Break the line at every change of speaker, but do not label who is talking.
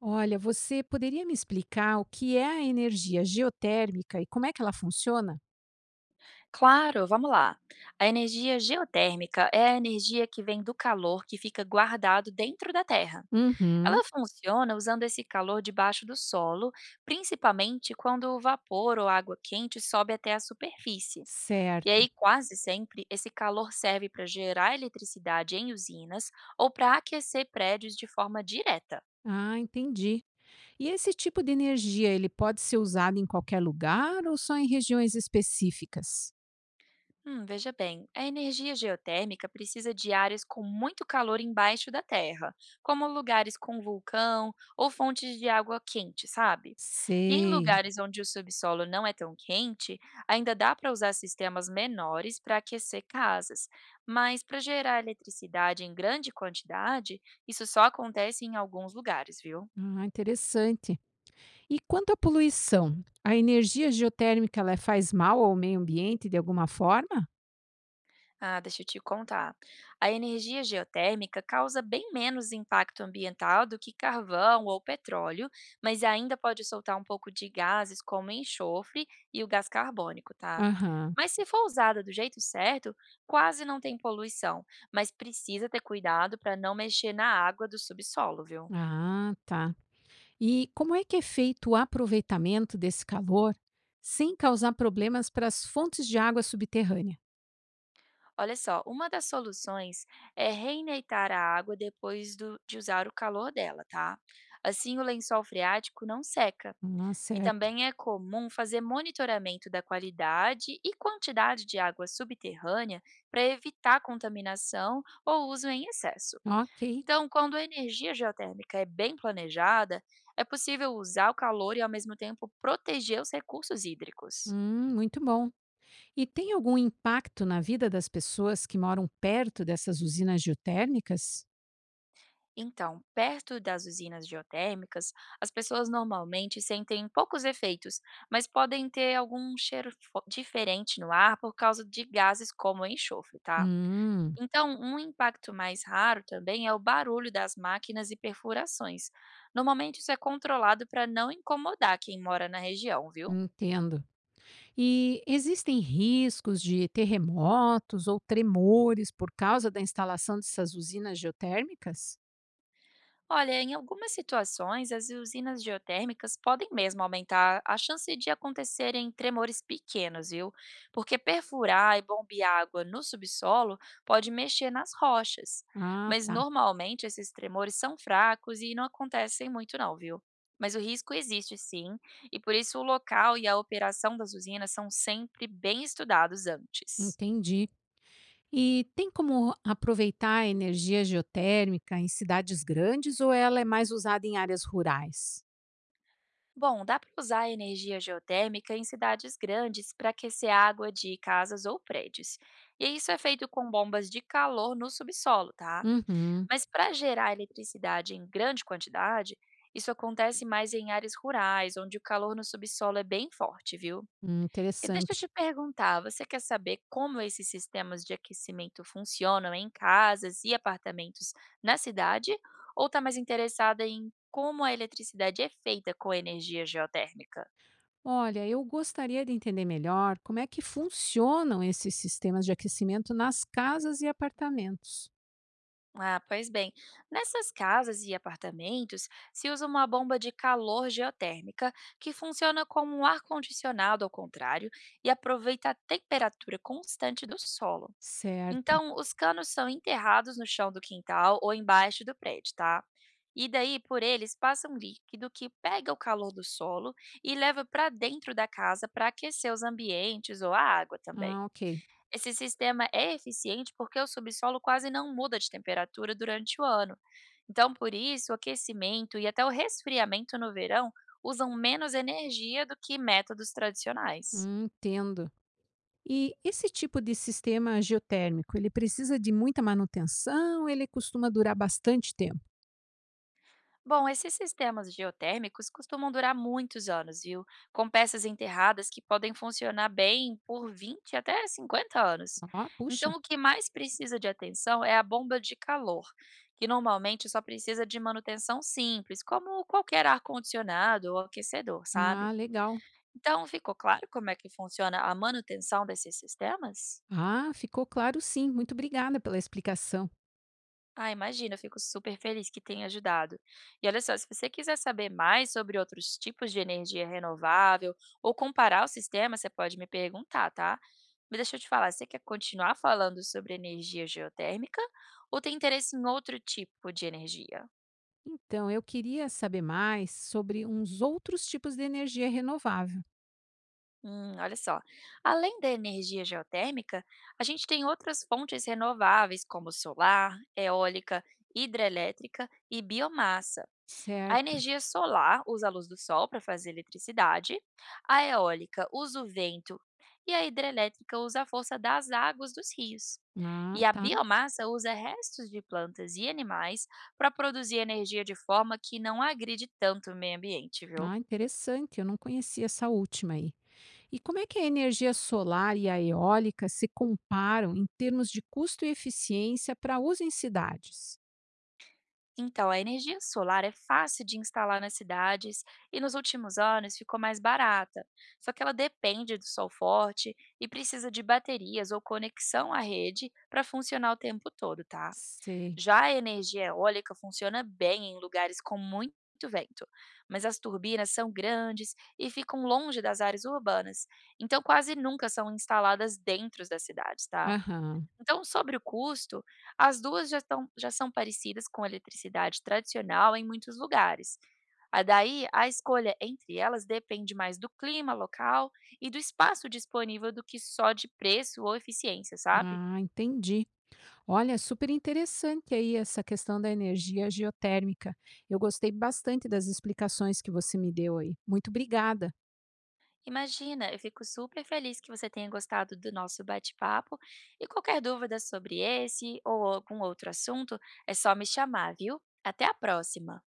Olha, você poderia me explicar o que é a energia geotérmica e como é que ela funciona?
Claro, vamos lá. A energia geotérmica é a energia que vem do calor que fica guardado dentro da Terra.
Uhum.
Ela funciona usando esse calor debaixo do solo, principalmente quando o vapor ou água quente sobe até a superfície. E
Certo.
aí, quase sempre, esse calor serve para gerar eletricidade em usinas ou para aquecer prédios de forma direta.
Ah, entendi. E esse tipo de energia, ele pode ser usado em qualquer lugar ou só em regiões específicas?
Veja bem, a energia geotérmica precisa de áreas com muito calor embaixo da terra, como lugares com vulcão ou fontes de água quente, sabe? E em
Sei.
lugares onde o subsolo não é tão quente, ainda dá para usar sistemas menores para aquecer casas, mas para gerar eletricidade em grande quantidade, isso só acontece em alguns lugares, viu?
Ah, interessante. E quanto à poluição, a energia geotérmica ela faz mal ao meio ambiente de alguma forma?
Ah, deixa eu te contar. A energia geotérmica causa bem menos impacto ambiental do que carvão ou petróleo, mas ainda pode soltar um pouco de gases como enxofre e o gás carbônico, tá?
Aham.
Mas se for usada do jeito certo, quase não tem poluição, mas precisa ter cuidado para não mexer na água do subsolo, viu?
Ah, tá. E como é que é feito o aproveitamento desse calor sem causar problemas para as fontes de água subterrânea?
Olha só, uma das soluções é reineitar a água de usar o calor dela, tá? Assim o lençol freático não seca.
Ah,
E
certo.
também é comum fazer monitoramento da qualidade e quantidade de água subterrânea para evitar contaminação ou uso em excesso.
Ok.
Então, quando a energia geotérmica é bem planejada, é possível usar o calor e, ao mesmo tempo, proteger os recursos hídricos.
Muito bom. E tem algum impacto na vida das pessoas que moram perto dessas usinas geotérmicas?
Então, perto das usinas geotérmicas, as pessoas normalmente sentem poucos efeitos, mas podem ter algum diferente no ar por causa de gases como enxofre, tá?
Hum,
Então, um impacto mais raro também é o barulho das máquinas e perfurações. Normalmente, isso é controlado para não incomodar quem mora na região, viu?
entendo. E existem riscos de terremotos ou tremores por causa da instalação dessas usinas geotérmicas?
Olha, em algumas situações, as usinas geotérmicas podem mesmo aumentar a chance de acontecerem tremores pequenos, viu? Porque perfurar e bombear água no subsolo pode mexer nas rochas.
Ah,
Mas
tá.
normalmente esses tremores são fracos e não acontecem muito, não, viu? Mas o risco existe sim, e por isso o local e a operação das usinas são sempre bem estudados antes.
Entendi. E tem como aproveitar a energia geotérmica em cidades grandes ou ela é mais usada em áreas rurais?
Bom, dá para usar a energia geotérmica em cidades grandes para aquecer água de casas ou prédios. E isso é feito com bombas de calor no subsolo, tá?
Uhum,
Mas para gerar eletricidade em grande quantidade, isso acontece mais em áreas rurais, onde o calor no subsolo é bem forte, viu? E deixa eu te
interessante.
perguntar, você quer saber como esses sistemas de aquecimento funcionam em casas e apartamentos na cidade? Ou está mais interessada em como a eletricidade é feita com energia geotérmica?
Olha, eu gostaria de entender melhor como é que funcionam esses sistemas de aquecimento nas casas e apartamentos.
Ah, pois bem, nessas casas e apartamentos se usa uma bomba de calor geotérmica que funciona como um ar-condicionado ao contrário e aproveita a temperatura constante do solo.
Certo.
Então, os canos são enterrados no chão do quintal ou embaixo do prédio, tá? E daí, por eles, passa um líquido que pega o calor do solo e leva para dentro da casa para aquecer os ambientes ou a água também.
Ah, ok.
Esse sistema é eficiente porque o subsolo quase não muda de temperatura durante o ano. Então, por isso, o aquecimento e até o resfriamento no verão usam menos energia do que métodos tradicionais.
Entendo. E esse tipo de sistema geotérmico, ele precisa de muita manutenção? Ele costuma durar bastante tempo?
Bom, esses sistemas geotérmicos costumam durar muitos anos, viu? Com peças enterradas que podem funcionar bem por 20 até 50 anos.
Ah, puxa.
Então, o que mais precisa de atenção é a bomba de calor, que normalmente só precisa de manutenção simples, como qualquer ar-condicionado ou aquecedor,
Ah,
sabe?
legal.
Então, ficou claro como é que funciona a manutenção desses sistemas?
Ah, ficou claro sim. Muito obrigada pela explicação.
Ah, imagina, eu fico super feliz que tenha ajudado. E olha só, se você quiser saber mais sobre outros tipos de energia renovável ou comparar o sistema, você pode me perguntar, tá? Mas deixa eu te falar, você quer continuar falando sobre energia geotérmica ou tem interesse em outro tipo de energia?
Então, eu queria saber mais sobre uns outros tipos de energia renovável.
Olha só, além da energia geotérmica, a gente tem outras fontes renováveis como solar, eólica, hidrelétrica e biomassa. A
Certo.
energia solar usa a luz do sol para fazer eletricidade, a eólica usa o vento e a hidrelétrica usa a força das águas dos rios.
Ah,
E a
tá.
biomassa usa restos de plantas e animais para produzir energia de forma que não agride tanto o meio ambiente, viu?
Ah, interessante. Eu não conhecia essa última aí. E como é que a energia solar e a eólica se comparam em termos de custo e eficiência para uso em cidades?
Então, a energia solar é fácil de instalar nas cidades e nos últimos anos ficou mais barata. Só que ela depende do sol forte e precisa de baterias ou conexão à rede para funcionar o tempo todo, tá?
Sei.
Já a energia eólica funciona bem em lugares com muito vento, mas as turbinas são grandes e ficam longe das áreas urbanas, então quase nunca são instaladas dentro das cidades, tá?
Aham.
Então, sobre o custo, as duas já são parecidas com a eletricidade tradicional em muitos lugares. A daí, a escolha entre elas depende mais do clima local e do espaço disponível do que só de preço ou eficiência, sabe?
Ah, entendi. Olha, é super interessante aí essa questão da energia geotérmica. Eu gostei bastante das explicações que você me deu aí. Muito obrigada.
Imagina, eu fico super feliz que você tenha gostado do nosso bate-papo e qualquer dúvida sobre esse ou algum outro assunto, é só me chamar, viu? Até a próxima!